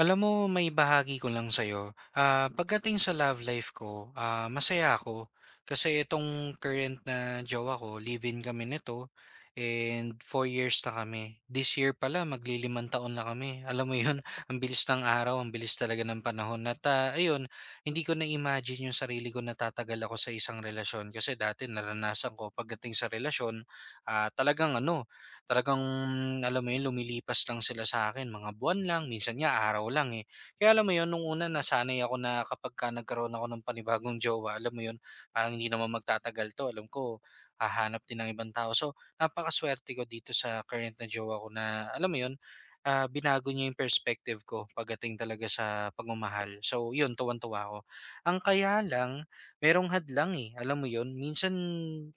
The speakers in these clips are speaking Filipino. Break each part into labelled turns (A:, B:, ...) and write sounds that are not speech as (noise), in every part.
A: Alam mo, may bahagi ko lang sa'yo. Pagdating sa love life ko, masaya ako. Kasi itong current na jowa ko, live-in kami nito. And 4 years na kami. This year pala, maglilima5 taon na kami. (laughs) Alam mo yun, (laughs) ang bilis ng araw, ang bilis talaga ng panahon. At ayun, hindi ko na-imagine yung sarili ko natatagal ako sa isang relasyon. Kasi dati naranasan ko pagdating sa relasyon, ah, talagang ano, Talagang alam mo yun, lumilipas lang sila sa akin mga buwan lang, minsan nga araw lang, eh. Kaya alam mo yun, nung una nasanay ako na kapagka nagkaroon ako ng panibagong jowa, alam mo yun, parang hindi naman magtatagal 'to, alam ko hahanap din ng ibang tao. So, napakaswerte ko dito sa current na jowa ko na alam mo yun, binago niya yung perspective ko pagdating talaga sa pagmamahal. So yun, tuwang-tuwa ako. Ang kaya lang, merong hadlang, eh, alam mo yun? Minsan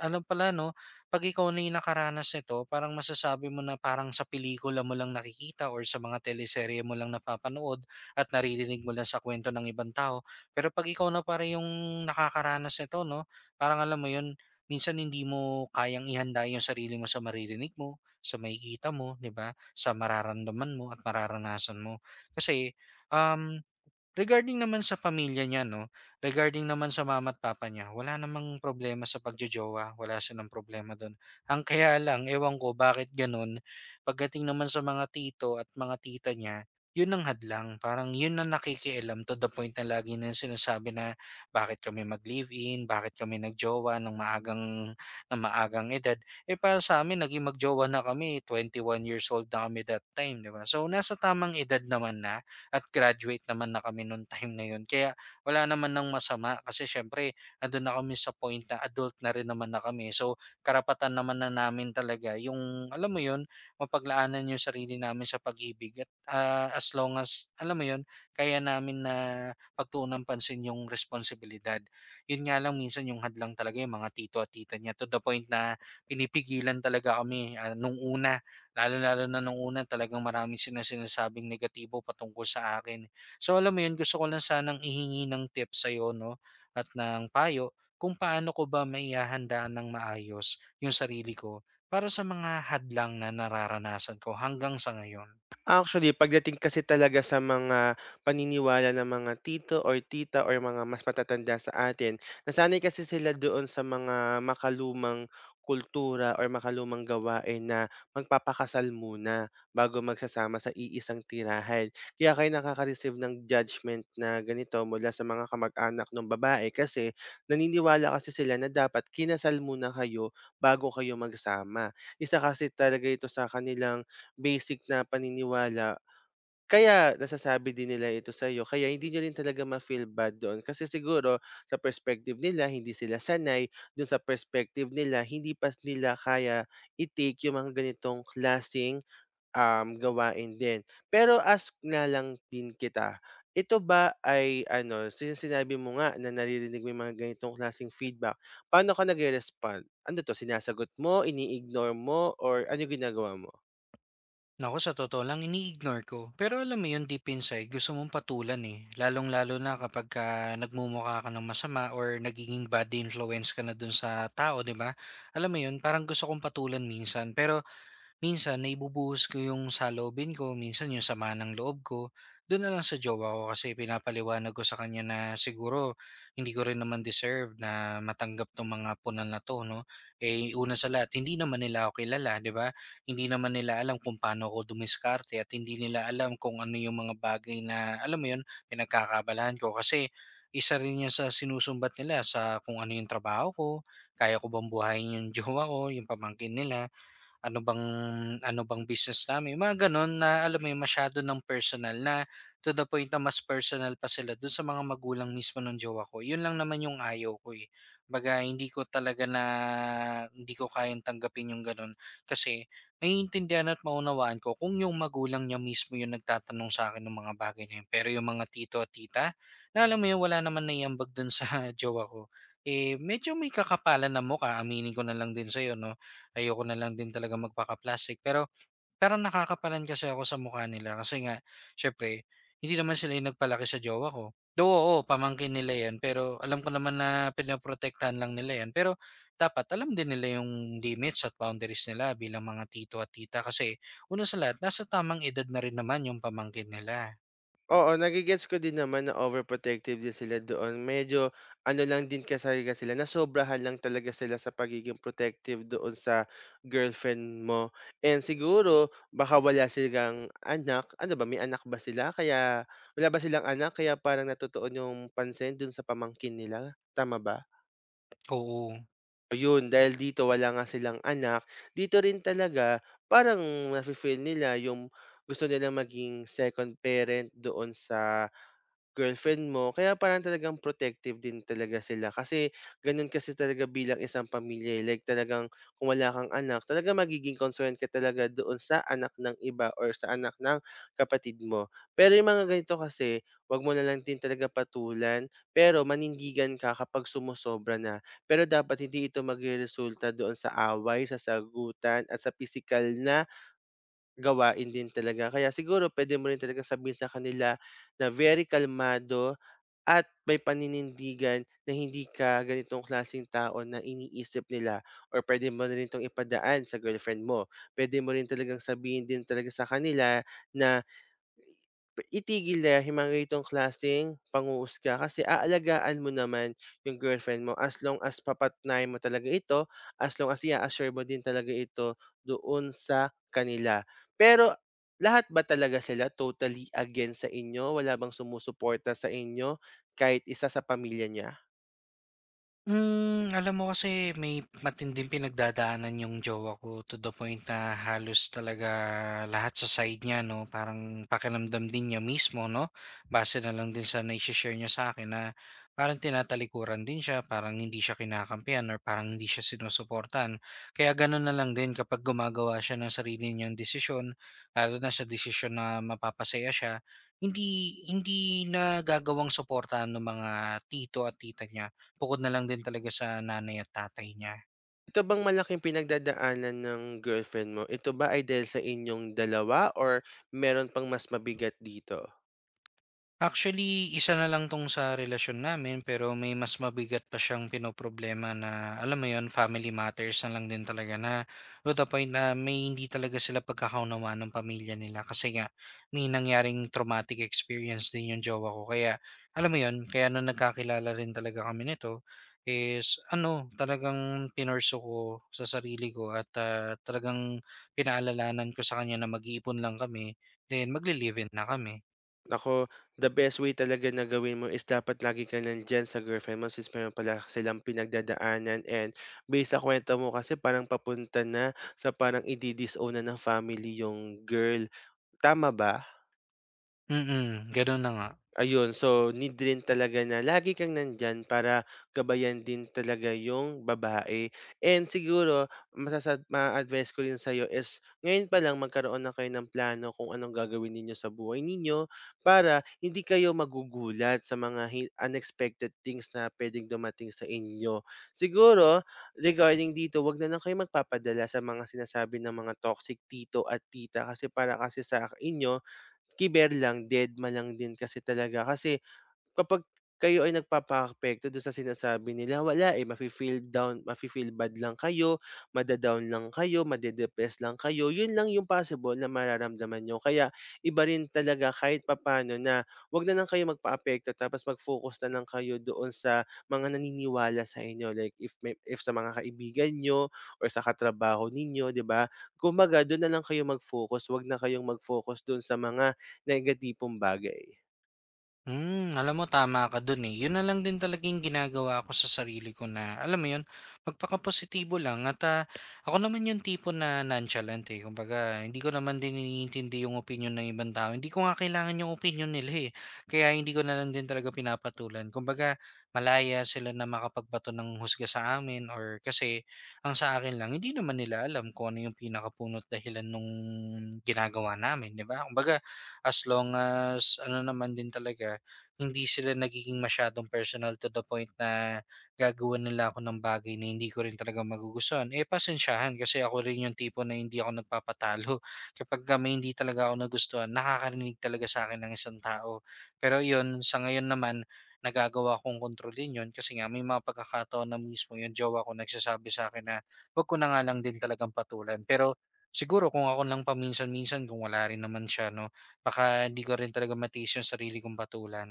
A: ano pala 'no, 'pag ikaw na yung nakaranas nito parang masasabi mo na parang sa pelikula mo lang nakikita or sa mga teleserye mo lang napapanood at naririnig mo lang sa kuwento ng ibang tao. Pero 'pag ikaw na pare yung nakakaranas nito 'no, parang alam mo yun, minsan hindi mo kayang ihanda yung sarili mo sa maririnig mo, sa makikita mo, 'di ba, sa mararamdaman mo at mararanasan mo. Kasi, um regarding naman sa pamilya niya 'no, regarding naman sa mama at papa niya, wala namang problema sa pagjojowa, wala silang problema do'n. Ang (laughs) kaya lang, ewan ko bakit gano'n, pagdating naman sa mga tito at mga tita niya, 'yun ang hadlang. Parang 'yun ang nakikialam to the point na lagi nilang sinasabi na, "Bakit kami mag-live-in, bakit kami nagjowa ng maagang edad." Eh, para sa sa'min naging magjowa na kami, 21 years old na kami that time, 'di ba? So, nasa tamang edad naman na at graduate naman na kami nung time na yun. Kaya wala naman ng masama kasi syempre andun na kami sa point na adult na rin naman na kami. So karapatan naman na namin talaga yung alam mo yun, mapaglaanan yung sarili namin sa pag-ibig at as long as alam mo yun, kaya namin na pagtuunan pansin yung responsibilidad. Yun nga lang minsan yung hadlang talaga yung mga tito at tita niya to the point na pinipigilan talaga kami nung una. Lalong-lalo na nung una talagang marami silang sinasabing negatibo patungkol sa akin. So alam mo yun, gusto ko lang sanang ihingi ng tips sa'yo 'no, at ng payo kung paano ko ba maihahandaan ng maayos yung sarili ko para sa mga hadlang na nararanasan ko hanggang sa ngayon.
B: Actually, pagdating kasi talaga sa mga paniniwala ng mga tito or tita or mga mas matatanda sa atin, nasanay kasi sila doon sa mga makalumang kultura or makalumang gawain na magpapakasal muna bago magsasama sa iisang tirahan. Kaya kayo nakaka-receive ng judgment na ganito mula sa mga kamag-anak ng babae kasi naniniwala kasi sila na dapat kinasal muna kayo bago kayo magsama. Isa kasi talaga ito sa kanilang basic na paniniwala. Kaya nasasabi din nila ito sa'yo, kaya hindi niyo rin talaga ma-feel bad doon kasi siguro sa perspective nila hindi sila sanay, do'n sa perspective nila hindi pa nila kaya i-take yung mga ganitong klaseng, gawain din. Pero ask na lang din kita, ito ba ay ano, since sinabi mo nga na naririnig mo yung mga ganitong klaseng feedback, paano ka nag respond? Ano 'to, sinasagot mo, ini-ignore mo, or ano yung ginagawa mo?
A: Naku, sa totoo lang ini-ignore ko. Pero alam mo yun, deep inside gusto mong patulan, eh. Lalong-lalo na kapagka nagmumukha ka ng masama or nagiging bad influence ka na dun sa tao, 'di ba? Alam mo yun, parang gusto kong patulan minsan pero minsan naibubuhos ko yung saloobin ko, minsan yung sama ng loob ko. Do'n na lang sa jowa ko kasi pinapaliwanag ko sa kanya na siguro hindi ko rin naman deserve na matanggap 'tong mga punan na 'to 'no. Eh, una sa lahat hindi naman nila ako kilala, 'di ba? Hindi naman nila alam kung paano ako dumiskarte at hindi nila alam kung ano yung mga bagay na, alam mo 'yun, pinagkakaabalahan ko. Kasi isa rin 'yan sa sinusumbat nila sa kung ano yung trabaho ko, kaya ko bang buhayin yung (laughs) jowa ko, yung pamangkin nila ano bang ano bang business namin. Yung mga gano'n na alam mo yun masyado ng personal na to the point na mas personal pa sila dun sa mga magulang mismo ng jowa ko. Yun lang naman yung ayaw ko eh. Baga hindi ko talaga na hindi ko kayang tanggapin yung gano'n kasi maiintindihan at maunawaan ko kung yung magulang niya mismo yung nagtatanong sa akin ng mga bagay na yun. Pero yung mga tito at tita, na alam mo yun, wala naman naiambag dun sa (laughs) jowa ko. Eh, medyo may kakapalan na mukha, aminin ko na lang din sa'yo, no? Ayoko na lang din talaga magpaka-plastic pero parang nakakapalan kasi ako sa mukha nila kasi nga siyempre hindi naman sila yung nagpalaki sa jowa ko. Though, oo, pamangkin nila yan pero alam ko naman na pinaprotektahan lang nila yan pero dapat alam din nila yung limits at boundaries nila bilang mga tito at tita kasi una sa lahat nasa tamang edad na rin naman yung pamangkin nila.
B: Oo, nagigets ko din naman na overprotective din sila doon. Medyo ano lang din kasi sila, nasobrahan lang talaga sila sa pagiging protective doon sa girlfriend mo. And siguro, baka wala silang anak. Ano ba, may anak ba sila? Kaya, wala ba silang anak? Kaya parang natutuon yung pansin doon sa pamangkin nila. Tama ba?
A: Oo.
B: Yun, dahil dito wala nga silang anak, dito rin talaga parang nafe-feel nila yung gusto nila maging second parent doon sa girlfriend mo, kaya parang talagang protective din talaga sila kasi ganun kasi talaga bilang isang pamilya, eh, like talagang kung wala kang anak, talagang magiging concerned ka talaga doon sa anak ng iba or sa anak ng kapatid mo. Pero yung mga ganito kasi, wag mo na lang din talaga patulan, pero manindigan ka kapag sumusobra na. Pero dapat hindi ito magresulta doon sa away, sa sagutan, at sa physical na gawain din talaga. Kaya siguro pwede mo rin talaga sabihin sa kanila na very kalmado at may paninindigan na hindi ka ganitong klaseng tao na iniisip nila, or pwede mo na rin 'tong ipadaan sa girlfriend mo. Pwede mo rin talagang sabihin din talaga sa kanila na itigil na yung mga ganitong klaseng panghuhusga kasi aalagaan mo naman yung girlfriend mo as long as papatnay mo talaga ito, as long as i assure mo din talaga ito doon sa kanila. Pero lahat ba talaga sila totally against sa inyo? Wala bang sumusuporta sa inyo kahit isa sa pamilya niya?
A: Hmm, alam mo kasi may matinding pinagdadaanan yung jowa ko to the point na halos talaga lahat sa side niya, no? Parang pakiramdam din niya mismo, no? Base na lang din sa naishishare niya sa akin na parang tinatalikuran din siya, parang hindi siya kinakampihan or parang hindi siya sinusuportan. Kaya ganun na lang din kapag gumagawa siya ng sarili niyang desisyon, lalo na sa desisyon na mapapasaya siya, hindi hindi na gagawang suportahan ng mga tito at tita niya bukod na lang din talaga sa nanay at tatay niya.
B: Ito bang malaking pinagdadaanan ng girlfriend mo? Ito ba ay dahil sa inyong dalawa or meron pang mas mabigat dito?
A: Actually, isa na lang 'tong sa relasyon namin, pero may mas mabigat pa siyang pinoproblema na, alam mo yon family matters na lang din talaga na to the point na may hindi talaga sila pagkakaunawaan ng pamilya nila kasi nga may nangyaring traumatic experience din yung jowa ko. Kaya alam mo yon kaya nung nagkakilala rin talaga kami nito is ano, talagang pinorso ko sa sarili ko at, talagang pinaalalanan ko sa kanya na mag-iipon lang kami, then magle-live-in na kami.
B: Naku, the best way talaga na gawin mo is dapat lagi ka nandiyan sa girlfriend mo since meron pala silang pinagdadaanan, and based sa kwento mo kasi parang papunta na sa parang idi-disown na ng family yung girl. Tama ba?
A: Mm, gano'n na nga.
B: Ayun, so need rin talaga na lagi kang nandiyan para gabayan din talaga yung babae. And siguro masasa ma a ko rin sa'yo is ngayon pa lang magkaroon na kayo ng plano kung anong gagawin ninyo sa buhay ninyo para hindi kayo magugulat sa mga unexpected things na puwedeng dumating sa inyo. Siguro regarding dito, 'wag na lang kayong magpapadala sa mga sinasabi ng mga toxic tito at tita kasi para kasi sa inyo kiber lang, dedma lang din kasi talaga kasi, kapag kayo ay nagpapaapekto do'n sa sinasabi nila, wala, eh, mafe-feel down mafe-feel bad lang kayo, mada lang kayo, made lang kayo, 'yun lang yung possible na mararamdaman niyo. Kaya iba rin talaga kahit papaano na 'wag na lang kayo magpaapekto tapos mag-focus na lang kayo doon sa mga naniniwala sa inyo, like if may if sa mga kaibigan niyo or sa katrabaho ninyo, 'di ba? Kumbaga do'n na lang kayo mag-focus, 'wag na kayong mag-focus do'n sa mga negatipong bagay.
A: Hmm, alam mo tama ka dun, eh. Yun na lang din talagang ginagawa ko sa sarili ko na, alam mo yun, positibo lang at, ako naman yung tipo na nonchalant, eh. Kumbaga, hindi ko naman din iniintindi yung opinyon ng ibang tao. Hindi ko nga kailangan yung opinyon nila, eh. Kaya hindi ko na lang din talaga pinapatulan. Kumbaga, malaya sila na makapagbato ng husga sa amin or kasi ang sa akin lang, hindi naman nila alam kung ano yung pinakapunot dahilan nung ginagawa namin, di ba? Kumbaga, as long as ano naman din talaga hindi sila nagiging masyadong personal to the point na gagawan nila ako ng bagay na hindi ko rin talaga magugustuhan. Eh, pasensyahan kasi ako rin yung tipo na hindi ako nagpapatalo. (laughs) Kapag ka may hindi talaga ako nagustuhan, nakakarinig talaga sa akin ng isang tao. Pero yun, sa ngayon naman, nagagawa kong kontrolin yun kasi nga may mga pagkakataon na mismo yung jowa ko nagsasabi sa akin na wag ko na nga lang din talagang patulan. Pero siguro kung ako lang paminsan-minsan kung wala rin naman siya, no, baka di ko rin talaga matiis yung sarili kong patulan.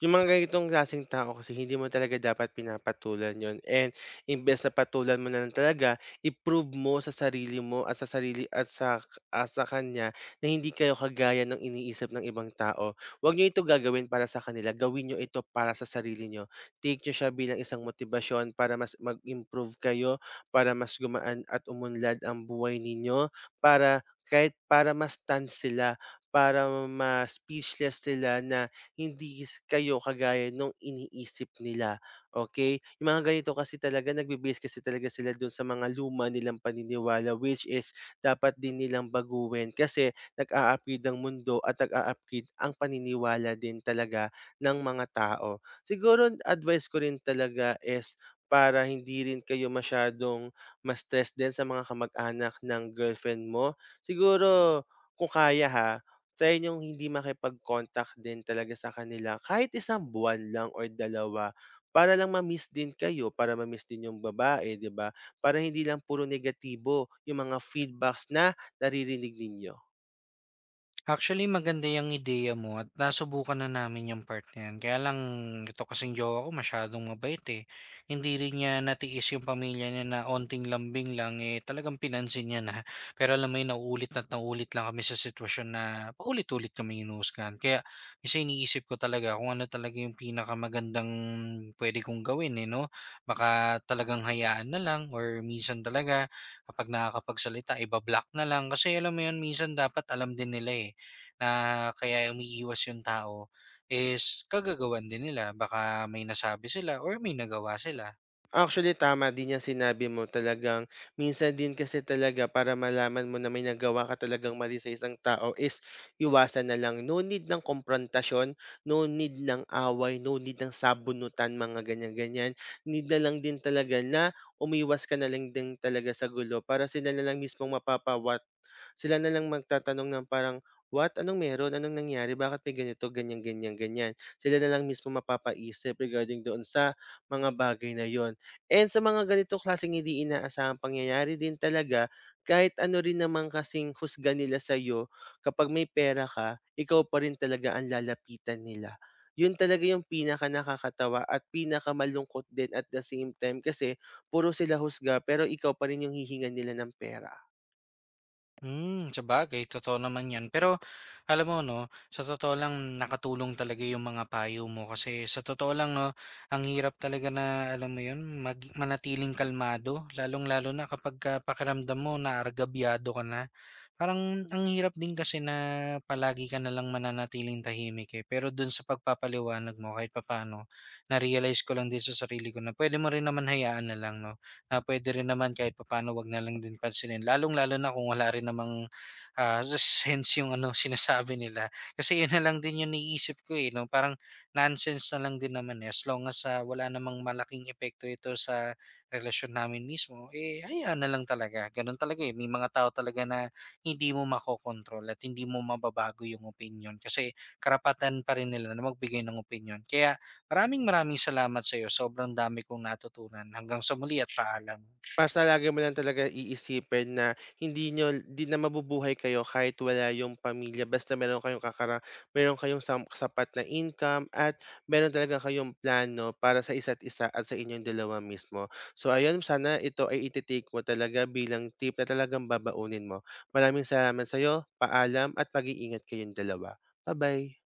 B: Yung mga ganitong klaseng tao kasi hindi mo talaga dapat pinapatulan yon, and imbes na patulan mo na lang talaga, i-prove mo sa sarili mo at sa sarili at sa kanya na hindi kayo kagaya ng iniisip ng ibang tao. Huwag niyo ito gagawin para sa kanila, gawin niyo ito para sa sarili niyo. Take niyo siya bilang isang motibasyon para mas mag-improve kayo, para mas gumaan at umunlad ang buhay ninyo, para kahit para mas stunned sila, para mas speechless sila na hindi kayo kagaya nung iniisip nila, okay? Yung mga ganito kasi talaga nagbe-base kasi talaga sila dun sa mga luma nilang paniniwala, which is dapat din nilang baguhin kasi nag-a-upgrade ang mundo at nag-a-upgrade ang paniniwala din talaga ng mga tao. Siguro advice ko rin talaga is para hindi rin kayo masyadong ma-stress din sa mga kamag-anak ng girlfriend mo, siguro kung kaya ha sa inyong hindi makipag-contact din talaga sa kanila kahit isang buwan lang or dalawa para lang ma-miss din kayo, para ma-miss din yung babae, 'di ba? Para hindi lang puro negatibo yung mga feedbacks na naririnig ninyo.
A: Actually, maganda yung ideya mo at nasubukan na namin yung part na 'yan. Kaya lang ito kasing jowa ko masyadong mabait, eh. Hindi rin niya natiis 'yung pamilya niya na onting lambing lang, eh, talagang pinansin niya na. (laughs) Pero alam mo 'yun, naulit at naulit lang kami sa sitwasyon na paulit-ulit kami hinuhusgahan. Kaya minsan iniisip ko talaga kung ano talaga 'yung pinakamagandang pwede kong gawin, eh, 'no? Baka talagang hayaan na lang or minsan talaga kapag nakakapagsalita ibablock na lang. Kasi alam mo 'yun, minsan dapat alam din nila, eh, na kaya umiiwas yung tao is kagagawan din nila. Baka may nasabi sila or may nagawa sila.
B: Actually, tama din yang sinabi mo. Talagang minsan din kasi talaga para malaman mo na may nagawa ka talagang mali sa isang tao is iwasan na lang. No need ng komprontasyon, no need ng away, no need ng sabunutan, mga ganyan-ganyan. Need na lang din talaga na umiwas ka na lang din talaga sa gulo para sila na lang mismong mapapawat. Sila na lang magtatanong ng parang, what? Anong meron? Anong nangyari? Bakit may ganito? Ganyan, ganyan, ganyan. Sila na lang mismo mapapaisip regarding doon sa mga bagay na yon. And sa mga ganito klaseng hindi inaasahang pangyayari din talaga, kahit ano rin naman kasing husga nila sa'yo, kapag may pera ka, ikaw pa rin talaga ang lalapitan nila. Yun talaga yung pinakanakakatawa at pinakamalungkot din at the same time kasi puro sila husga pero ikaw pa rin yung hihingan nila ng pera.
A: Hmm, sabagay totoo naman 'yan. Pero alam mo 'no, sa totoo lang nakatulong talaga yung mga payo mo kasi sa totoo lang 'no, ang hirap talaga na alam mo 'yun, mag manatiling kalmado lalong-lalo na kapagka pakiramdam mo naargabyado ka na. Parang ang hirap din kasi na palagi ka na lang mananatiling tahimik, eh. Pero dun sa pagpapaliwanag mo kahit papaano, na-realize ko lang din sa sarili ko na pwede mo rin naman hayaan na lang 'no, puwede rin naman kahit papaano 'wag na lang din pansinin. Lalong-lalo na kung wala rin namang, sense yung ano sinasabi nila. Kasi yun na lang din yung naiisip ko, eh, 'no, parang nonsense na lang din naman, eh, as long as, wala namang malaking epekto ito sa relasyon namin mismo, eh, hayaan na lang talaga. Ganun talaga, eh, may mga tao talaga na hindi mo makokontrol at hindi mo mababago yung opinyon kasi karapatan pa rin nila na magbigay ng opinyon. Kaya maraming maraming salamat sa'yo, sobrang dami kong natutunan. Hanggang sa muli at paalam.
B: Basta lagi mo lang talaga iisipin na hindi niyo hindi na mabubuhay kayo kahit wala yung pamilya, basta meron kayong meron kayong sapat na income at meron talaga kayong plano para sa isa't isa at sa inyong dalawa mismo. So ayun, sana ito ay iti mo talaga bilang tip na talagang babaunin mo. Maraming salamat sa'yo, paalam at mag-iingat kayong dalawa. Bye bye.